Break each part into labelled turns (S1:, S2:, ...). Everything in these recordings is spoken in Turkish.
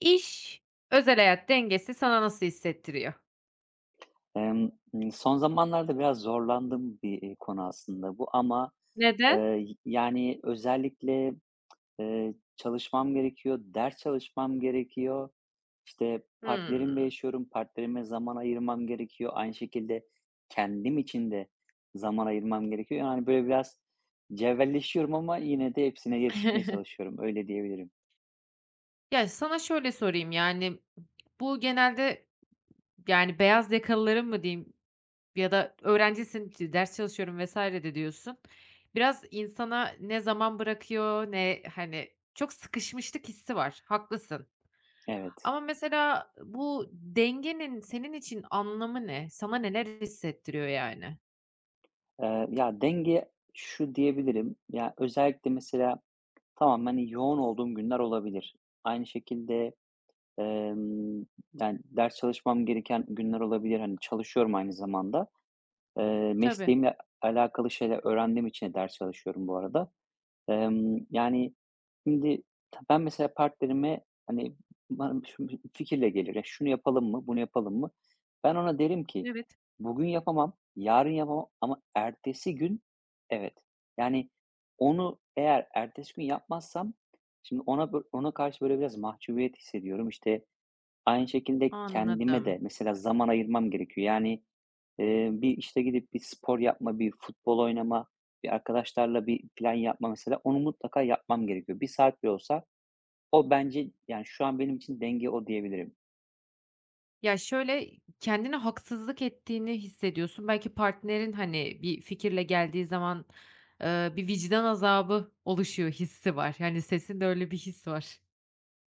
S1: İş, özel hayat dengesi sana nasıl hissettiriyor?
S2: Emm, Son zamanlarda biraz zorlandığım bir, konu aslında bu ama,
S1: Neden?
S2: yani, özellikle, çalışmam gerekiyor, ders çalışmam gerekiyor. İşte, partnerimle
S1: Hımm.
S2: yaşıyorum, partnerime zaman ayırmam gerekiyor. Aynı şekilde kendim için de zaman ayırmam gerekiyor. Yani, böyle biraz cebelleşiyorum ama yine de hepsine yetişmeye çalışıyorum, öyle diyebilirim.
S1: Ya, sana şöyle sorayım, yani, bu genelde, yani, beyaz yakalıların mı diyeyim ya da öğrencisin, ders çalışıyorum vs. de diyorsun. Biraz insana ne zaman bırakıyor ne, hani, çok sıkışmışlık hissi var, haklısın.
S2: Evet.
S1: Ama mesela bu dengenin senin için anlamı ne? Sana neler hissettiriyor yani?
S2: Ya, denge şu diyebilirim, ya, özellikle mesela. Tamam, hani yoğun olduğum günler olabilir. Aynı şekilde, emm, yani, ders çalışmam gereken günler olabilir. Hani, çalışıyorum aynı zamanda.
S1: Tabii.
S2: Mesleğimle alakalı şeyler öğrendiğim için de ders çalışıyorum bu arada. Yani, şimdi ben mesela partnerime, hani, bana şu bir fikirle gelir, "Ya, şunu yapalım mı, bunu yapalım mı?" Ben ona derim ki,
S1: Evet.
S2: "Bugün yapamam, yarın yapamam ama ertesi gün evet." Yani, onu eğer ertesi gün yapmazsam şimdi ona karşı böyle biraz mahcubiyet hissediyorum. İşte, aynı şekilde kendime de
S1: Anladım.
S2: mesela zaman ayırmam gerekiyor. Yani, bir, işte, gidip bir spor yapma, bir futbol oynama, bir arkadaşlarla bir plan yapma mesela, onu mutlaka yapmam gerekiyor. 1 saat bile olsa o bence, yani, şu an benim için denge o diyebilirim.
S1: Ya, şöyle, kendine haksızlık ettiğini hissediyorsun. Belki partnerin, hani, bir fikirle geldiği zaman, bir vicdan azabı oluşuyor hissi var. Yani, sesinde öyle bir his var.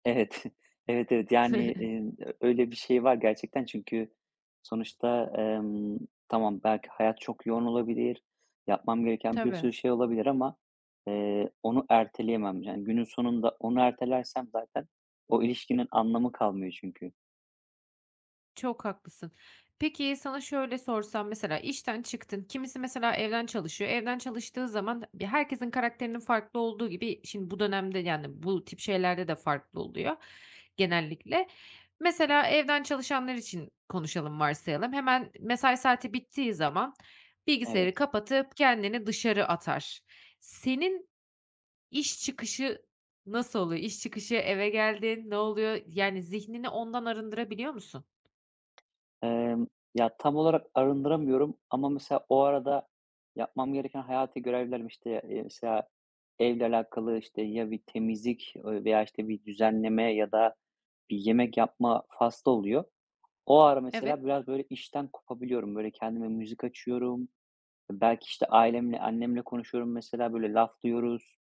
S2: Evet. Evet, evet. Yani, öyle bir şey var gerçekten çünkü sonuçta, tamam belki hayat çok yoğun olabilir, yapmam gereken bir
S1: Tabii.
S2: sürü şey olabilir ama, onu erteleyemem. Yani, günün sonunda onu ertelersem zaten o ilişkinin anlamı kalmıyor çünkü.
S1: Çok haklısın. Peki, sana şöyle sorsam, mesela işten çıktın, kimisi mesela evden çalışıyor. Evden çalıştığı zaman bir herkesin karakterinin farklı olduğu gibi, şimdi bu dönemde, yani, bu tip şeylerde de farklı oluyor genellikle. Mesela evden çalışanlar için konuşalım, varsayalım. Hemen mesai saati bittiği zaman
S2: Evet.
S1: bilgisayarı kapatıp kendini dışarı atar. Senin iş çıkışı nasıl oluyor? İş çıkışı eve geldin, ne oluyor? Yani zihnini ondan arındırabiliyor musun?
S2: Emm, Ya, tam olarak arındıramıyorum ama mesela o arada yapmam gereken hayati görevlerim, işte, mesela evle alakalı, işte, ya bir temizlik, veya, işte, bir düzenleme ya da bir yemek yapma faslı oluyor. O ara
S1: Evet.
S2: mesela biraz, böyle, işten kopabiliyorum. Böyle, kendime müzik açıyorum. Belki, işte, ailemle, annemle konuşuyorum mesela, böyle, laflıyoruz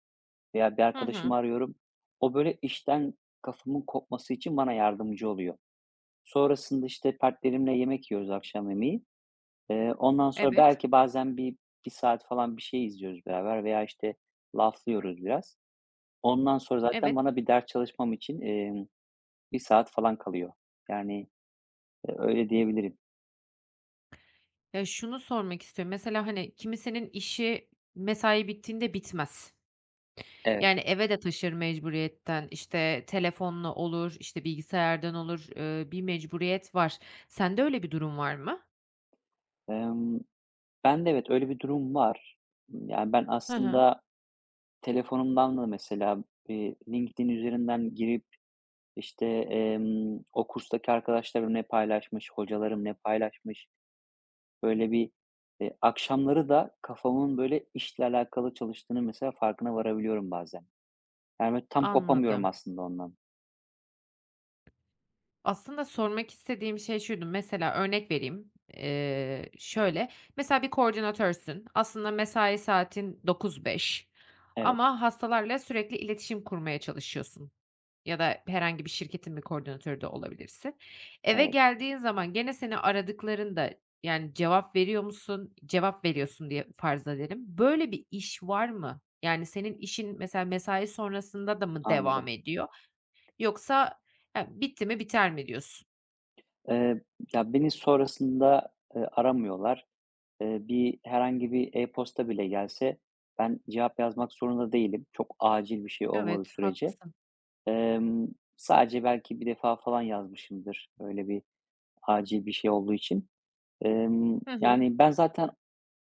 S2: veya bir
S1: Hı
S2: arkadaşımı
S1: hı.
S2: arıyorum. O, böyle, işten kafamın kopması için bana yardımcı oluyor. Sonrasında, işte, partnerimle yemek yiyoruz akşam yemeği. Ondan sonra
S1: Evet,
S2: belki bazen bir saat falan bir şey izliyoruz beraber veya, işte, laflıyoruz biraz. Ondan sonra zaten
S1: evet.
S2: bana bir ders çalışmam için, 1 saat falan kalıyor. Yani, öyle diyebilirim.
S1: Ya, şunu sormak istiyorum. Mesela, hani, kimisinin işi mesai bittiğinde bitmez.
S2: Evet.
S1: Yani, eve de taşır mecburiyetten. İşte, telefonla olur, işte, bilgisayardan olur, bir mecburiyet var. Sende öyle bir durum var mı?
S2: Em, Ben de evet, öyle bir durum var. Yani, ben
S1: Hı hı.
S2: aslında telefonumdan da mesela, LinkedIn üzerinden girip, işte, o kurstaki arkadaşlarım ne paylaşmış, hocalarım ne paylaşmış. Böyle bir, akşamları da kafamın böyle işle alakalı çalıştığını mesela farkına varabiliyorum bazen. Yani, böyle, tam kopamıyorum
S1: Anladım.
S2: aslında ondan.
S1: Aslında sormak istediğim şey şuydu. Mesela örnek vereyim. Şöyle, mesela bir koordinatörsün. Aslında mesai saatin 09.00-17.00
S2: Evet,
S1: ama hastalarla sürekli iletişim kurmaya çalışıyorsun. Ya da herhangi bir şirketin bir koordinatörü de olabilirsin. Eve
S2: evet,
S1: geldiğin zaman gene seni aradıklarında, yani, cevap veriyor musun? Cevap veriyorsun diye farz edelim. Böyle bir iş var mı? Yani, senin işin mesela mesai sonrasında da mı devam
S2: anladım.
S1: ediyor yoksa, "Ya, bitti mi biter mi?" diyorsun?
S2: Eee, Ya, beni sonrasında, aramıyorlar. Bir herhangi bir e-posta bile gelse ben cevap yazmak zorunda değilim, çok acil bir şey olmadığı
S1: Evet,
S2: sürece.
S1: haklısın.
S2: Emm, Sadece belki bir defa falan yazmışımdır öyle bir acil bir şey olduğu için.
S1: Hı hı.
S2: Yani, ben zaten.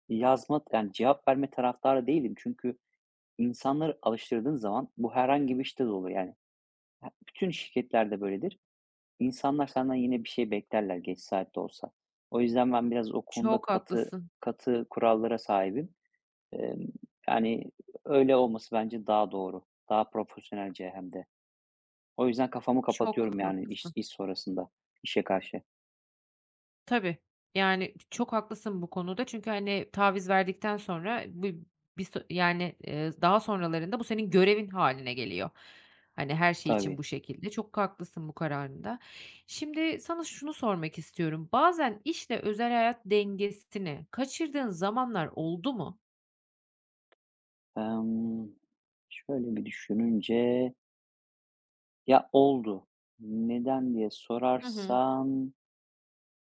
S2: Yazma yani cevap verme taraftarı değilim. Çünkü insanları alıştırdığın zaman bu herhangi bir işte de olur yani. He bütün şirketlerde böyledir. İnsanlar senden yine bir şey beklerler geç saatte olsa. O yüzden ben biraz o konuda
S1: Çok
S2: katı
S1: haklısın,
S2: kurallara sahibim. Emm, Yani öyle olması bence daha doğru. Daha profesyonelce hem de. O yüzden kafamı
S1: çok
S2: kapatıyorum yani iş
S1: haklısın.
S2: iş sonrasında işe karşı.
S1: Tabii. Yani, çok haklısın bu konuda çünkü, hani, taviz verdikten sonra bu bir yani, daha sonralarında bu senin görevin haline geliyor. Hani, her şey için bu
S2: Tabii.
S1: şekilde. Çok haklısın bu kararında. Şimdi sana şunu sormak istiyorum. Bazen işle özel hayat dengesini kaçırdığın zamanlar oldu mu?
S2: Emm, Şöyle bir düşününce, ya, oldu. Neden diye
S1: Hı hı.
S2: sorarsan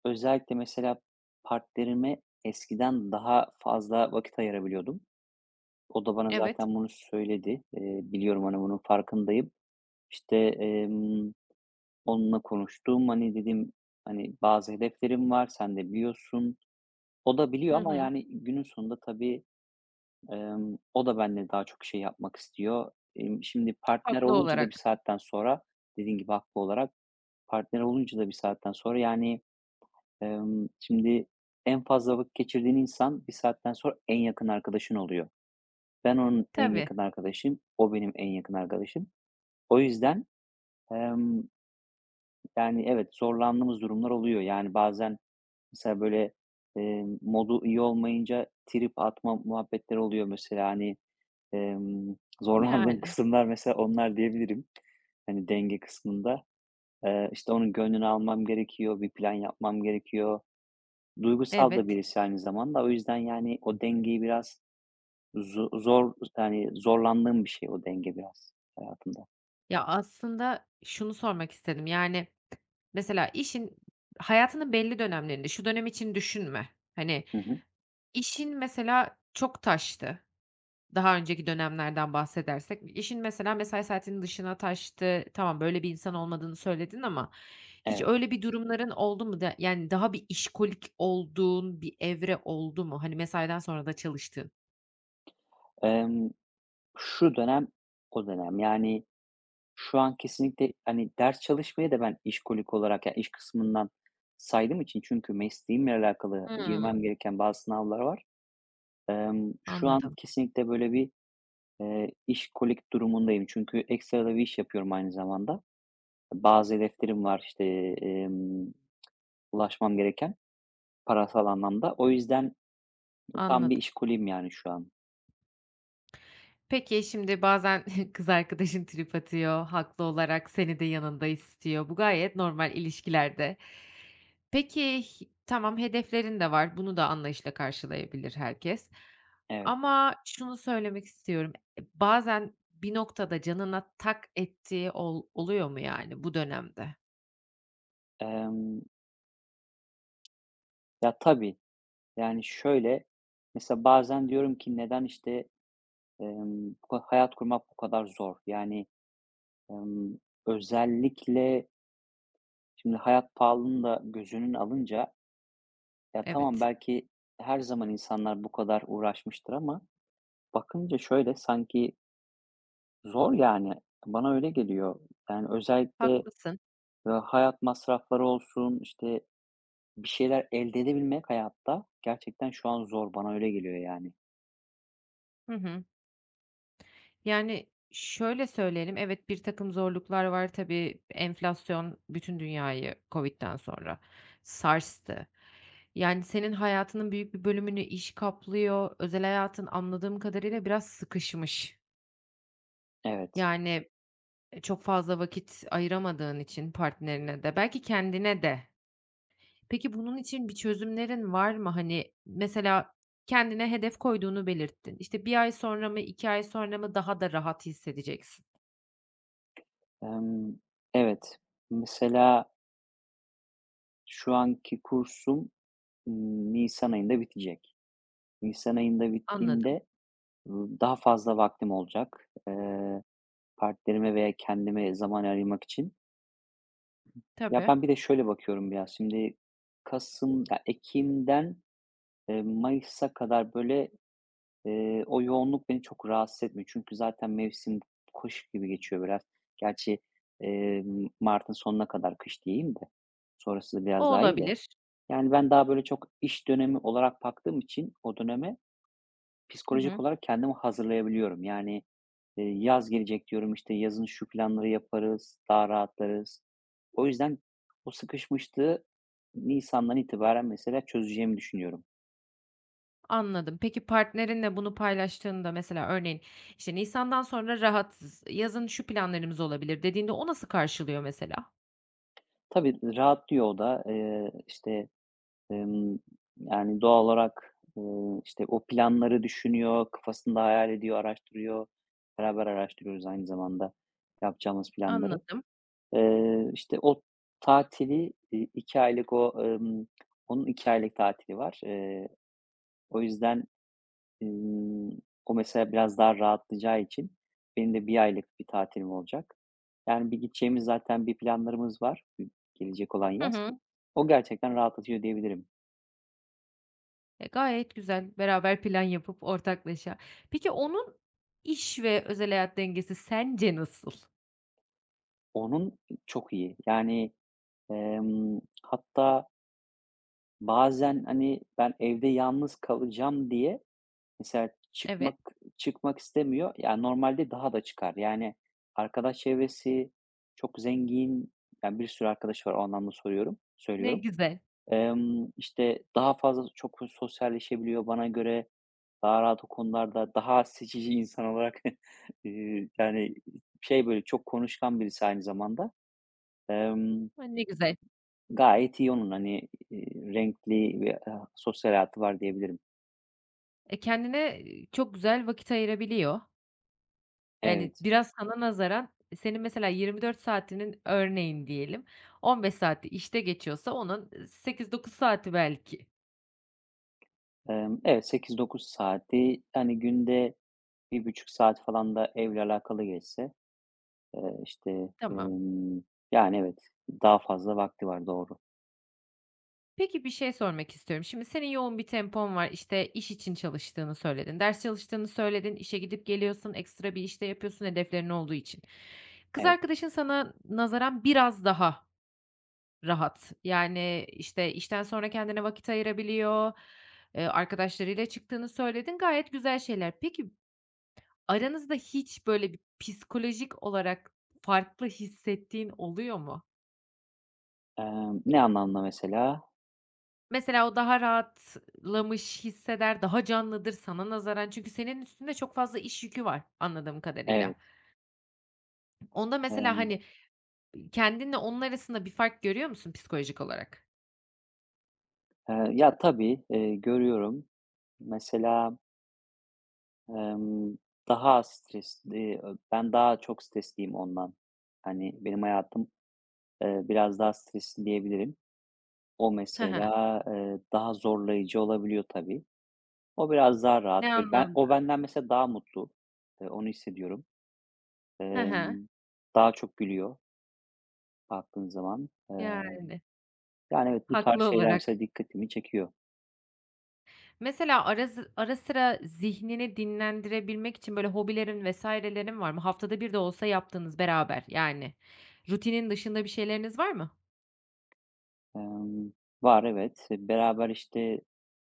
S2: özellikle mesela partnerime eskiden daha fazla vakit ayırabiliyordum. O da bana
S1: Evet.
S2: zaten bunu söyledi. Biliyorum, hani, bunun farkındayım. İşte, onunla konuştum. Hani, dedim, hani, "Bazı hedeflerim var, sen de biliyorsun." O da biliyor
S1: Hı
S2: ama,
S1: hı.
S2: yani, günün sonunda tabii, o da benimle daha çok şey yapmak istiyor. Şimdi partner
S1: Haklı
S2: olunca da bir
S1: olarak.
S2: saatten sonra, dediğin gibi haklı olarak. Partner olunca da bir saatten sonra yani, şimdi en fazla vakit geçirdiğin insan bir saatten sonra en yakın arkadaşın oluyor. Ben onun en
S1: Tabii.
S2: yakın arkadaşım, o benim en yakın arkadaşım. O yüzden, emm, yani, evet, zorlandığımız durumlar oluyor. Yani, bazen mesela, böyle, modu iyi olmayınca trip atma muhabbetleri oluyor mesela. Hani, emm, zorlandığım
S1: Yani.
S2: kısımlar mesela onlar diyebilirim. Hani, denge kısmında. İşte, onun gönlünü almam gerekiyor, bir plan yapmam gerekiyor. Duygusal da
S1: Evet.
S2: birisi aynı zamanda. O yüzden, yani, o dengeyi biraz zor, yani, zorlandığım bir şey o denge biraz hayatımda.
S1: Ya, aslında şunu sormak istedim, yani, mesela işin hayatının belli dönemlerinde, şu dönem için düşünme, hani,
S2: Hı hı.
S1: işin mesela çok taştı, daha önceki dönemlerden bahsedersek. İşin mesela mesai saatinin dışına taştı, tamam, böyle bir insan olmadığını söyledin ama hiç
S2: Evet.
S1: öyle bir durumların oldu mu da, yani, daha bir işkolik olduğun bir evre oldu mu? Hani, mesaiden sonra da çalıştığın.
S2: Emm, Şu dönem o dönem. Yani, şu an kesinlikle, hani, ders çalışmaya da ben işkolik olarak, ya, iş kısmından saydığım için çünkü mesleğimle alakalı girmem
S1: Hımm,
S2: gereken bazı sınavlar var. Şu an
S1: anladım,
S2: kesinlikle böyle bir, işkolik durumundayım. Çünkü ekstra da bir iş yapıyorum aynı zamanda. Bazı hedeflerim var. İşte ulaşmam gereken, parasal anlamda. O yüzden tam bir
S1: anladım.
S2: işkuliyim yani şu an.
S1: Peki, şimdi bazen kız arkadaşın trip atıyor, haklı olarak seni de yanında istiyor. Bu gayet normal ilişkilerde. Peki, tamam, hedeflerin de var, bunu da anlayışla karşılayabilir herkes
S2: Evet.
S1: ama şunu söylemek istiyorum, bazen bir noktada canına tak ettiği oluyor mu yani bu dönemde?
S2: Emm, Ya, tabii, yani, şöyle, mesela bazen diyorum ki neden, işte, bu hayat kurmak bu kadar zor? Yani, emm, özellikle şimdi hayat pahalılığını da gözünün alınca, ya, tamam
S1: Evet,
S2: belki her zaman insanlar bu kadar uğraşmıştır ama bakınca şöyle sanki zor yani. Bana öyle geliyor. Yani, özellikle,
S1: haklısın.
S2: hayat masrafları olsun, işte, bir şeyler elde edebilmek hayatta gerçekten şu an zor. Bana öyle geliyor yani.
S1: Hı hı. Yani, şöyle söyleyelim, evet, bir takım zorluklar var. Tabii, enflasyon bütün dünyayı COVID'den sonra sarstı. Yani, senin hayatının büyük bir bölümünü iş kaplıyor. Özel hayatın anladığım kadarıyla biraz sıkışmış.
S2: Evet.
S1: Yani, çok fazla vakit ayıramadığın için partnerine de belki kendine de. Peki, bunun için bir çözümlerin var mı? Hani, mesela kendine hedef koyduğunu belirttin. İşte, bir ay sonra mı, 2 ay sonra mı daha da rahat hissedeceksin?
S2: Emm, evet. Mesela şu anki kursum, nisan ayında bitecek. Nisan ayında
S1: Anladım.
S2: bittiğinde, daha fazla vaktim olacak, partnerime veya kendime zaman ayırmak için. Ya,
S1: Tabii.
S2: ben bir de şöyle bakıyorum biraz şimdi kasım ya, ekimden, mayısa kadar böyle. O yoğunluk beni çok rahatsız etmiyor. Çünkü zaten mevsim kış gibi geçiyor biraz. Gerçi, eee, martın sonuna kadar kış diyeyim de sonrası da
S1: O
S2: biraz daha iyi de.
S1: olabilir.
S2: Yani, ben daha böyle çok iş dönemi olarak baktığım için o döneme
S1: Hı
S2: psikolojik
S1: hı,
S2: olarak kendimi hazırlayabiliyorum. Yani, yaz gelecek diyorum, işte, yazın şu planları yaparız, daha rahatlarız. O yüzden o sıkışmışlığı nisandan itibaren mesela çözeceğimi düşünüyorum.
S1: anladım. Peki partnerinle bunu paylaştığında mesela örneğin, işte, "Nisan'dan sonra rahatsız, yazın şu planlarımız olabilir." dediğinde o nasıl karşılıyor mesela?
S2: Tabii rahatlıyor o da. İşte, Emm, yani, doğal olarak, işte, o planları düşünüyor, kafasında hayal ediyor, araştırıyor. Beraber araştırıyoruz aynı zamanda yapacağımız planları.
S1: Anladım.
S2: İşte, o tatili, 2 aylık o, onun 2 aylık tatili var. O yüzden, ımm, o mesela biraz daha rahatlayacağı için benim de 1 aylık bir tatilim olacak. Yani, bir gideceğimiz zaten bir planlarımız var, gelecek olan
S1: Hı
S2: yaz.
S1: hı.
S2: O gerçekten rahatlatıyor diyebilirim.
S1: E, gayet güzel. Beraber plan yapıp ortaklaşa. Peki onun iş ve özel hayat dengesi sence nasıl?
S2: Onun çok iyi. Yani, hatta bazen, hani, ben evde yalnız kalacağım diye mesela
S1: Evet,
S2: çıkmak istemiyor. Yani normalde daha da çıkar. Yani, arkadaş çevresi çok zengin. Yani, bir sürü arkadaş var, o anlamda soruyorum
S1: ne
S2: söylüyorum.
S1: güzel.
S2: İşte, daha fazla çok sosyalleşebiliyor bana göre. Daha rahat o konularda, daha seçici insan olarak, yani, şey, böyle, çok konuşkan birisi aynı zamanda. Emm
S1: A, ne güzel.
S2: Gayet iyi onun, hani, renkli ve, sosyal hayatı var diyebilirim.
S1: E, kendine, çok güzel vakit ayırabiliyor. Yani,
S2: Evet.
S1: biraz sana nazaran senin mesela 24 saatinin örneğin diyelim 15 saati işte geçiyorsa onun 8-9 saati belki.
S2: Evet, sekiz dokuz saati, hani, günde 1,5 saat falan da evle alakalı geçse, işte,
S1: Tamam.
S2: emm, yani, evet, daha fazla vakti var, doğru.
S1: Peki, bir şey sormak istiyorum. Şimdi senin yoğun bir tempon var. İşte, iş için çalıştığını söyledin, ders çalıştığını söyledin, işe gidip geliyorsun, ekstra bir işte yapıyorsun hedeflerin olduğu için. Kız
S2: Evet.
S1: arkadaşın sana nazaran biraz daha rahat. Yani, işte, işten sonra kendine vakit ayırabiliyor, arkadaşlarıyla çıktığını söyledin. Gayet güzel şeyler. Peki, aranızda hiç böyle bir psikolojik olarak farklı hissettiğin oluyor mu?
S2: Ne anlamda mesela?
S1: Mesela o daha rahatlamış hisseder, daha canlıdır sana nazaran. Çünkü senin üstünde çok fazla iş yükü var anladığım kadarıyla.
S2: Evet,
S1: Onda mesela,
S2: emm,
S1: hani, kendinle onun arasında bir fark görüyor musun psikolojik olarak?
S2: ya, tabii, görüyorum. Mesela, emm, daha stresli, ben daha çok stresliyim ondan. Hani, benim hayatım, biraz daha stresli diyebilirim. O
S1: Hı hı.
S2: mesela, daha zorlayıcı olabiliyor tabii. O biraz daha
S1: Ne
S2: rahat. Böyle ben
S1: anlamda?
S2: o benden mesela daha mutlu. Onu hissediyorum.
S1: Hı hı.
S2: Emm, Daha çok gülüyor baktığın zaman.
S1: Yani,
S2: Yani, evet, bu tarz
S1: haklı
S2: şeyler
S1: olarak.
S2: mesela dikkatimi çekiyor.
S1: Mesela ara sıra zihnini dinlendirebilmek için böyle hobilerin vesairelerin var mı? Haftada bir de olsa yaptığınız beraber yani rutinin dışında bir şeyleriniz var mı?
S2: Emm, Var evet. Beraber, işte,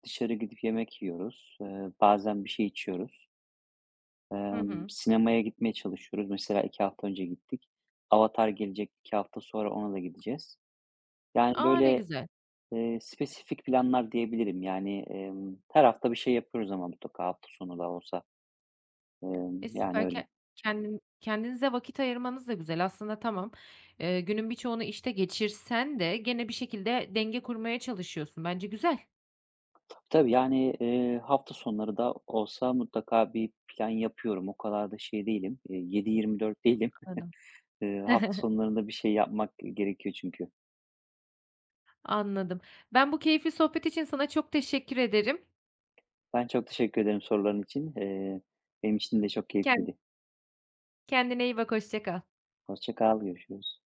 S2: dışarı gidip yemek yiyoruz. Bazen bir şey içiyoruz.
S1: Hı hı.
S2: Sinemaya gitmeye çalışıyoruz. Mesela 2 hafta önce gittik. Avatar gelecek 2 hafta sonra, ona da gideceğiz. Yani,
S1: A, ne
S2: böyle.
S1: güzel.
S2: Spesifik planlar diyebilirim. Yani, her hafta bir şey yapıyoruz ama mutlaka hafta sonu da olsa.
S1: E,
S2: Yani
S1: süper. Ke
S2: öyle.
S1: kendin kendinize vakit ayırmanız da güzel aslında tamam. Günün birçoğunu işte geçirsen de gene bir şekilde denge kurmaya çalışıyorsun. Bence güzel.
S2: Tabii, yani, hafta sonları da olsa mutlaka bir plan yapıyorum. O kadar da şey değilim, 7-24 değilim.
S1: Anladım.
S2: Hafta sonlarında bir şey yapmak gerekiyor çünkü.
S1: Anladım. Ben bu keyifli sohbet için sana çok teşekkür ederim.
S2: Ben çok teşekkür ederim soruların için. Benim için de çok
S1: Ken
S2: keyifliydi.
S1: kendine iyi bak, hoşça kal.
S2: Hoşça kal, görüşürüz.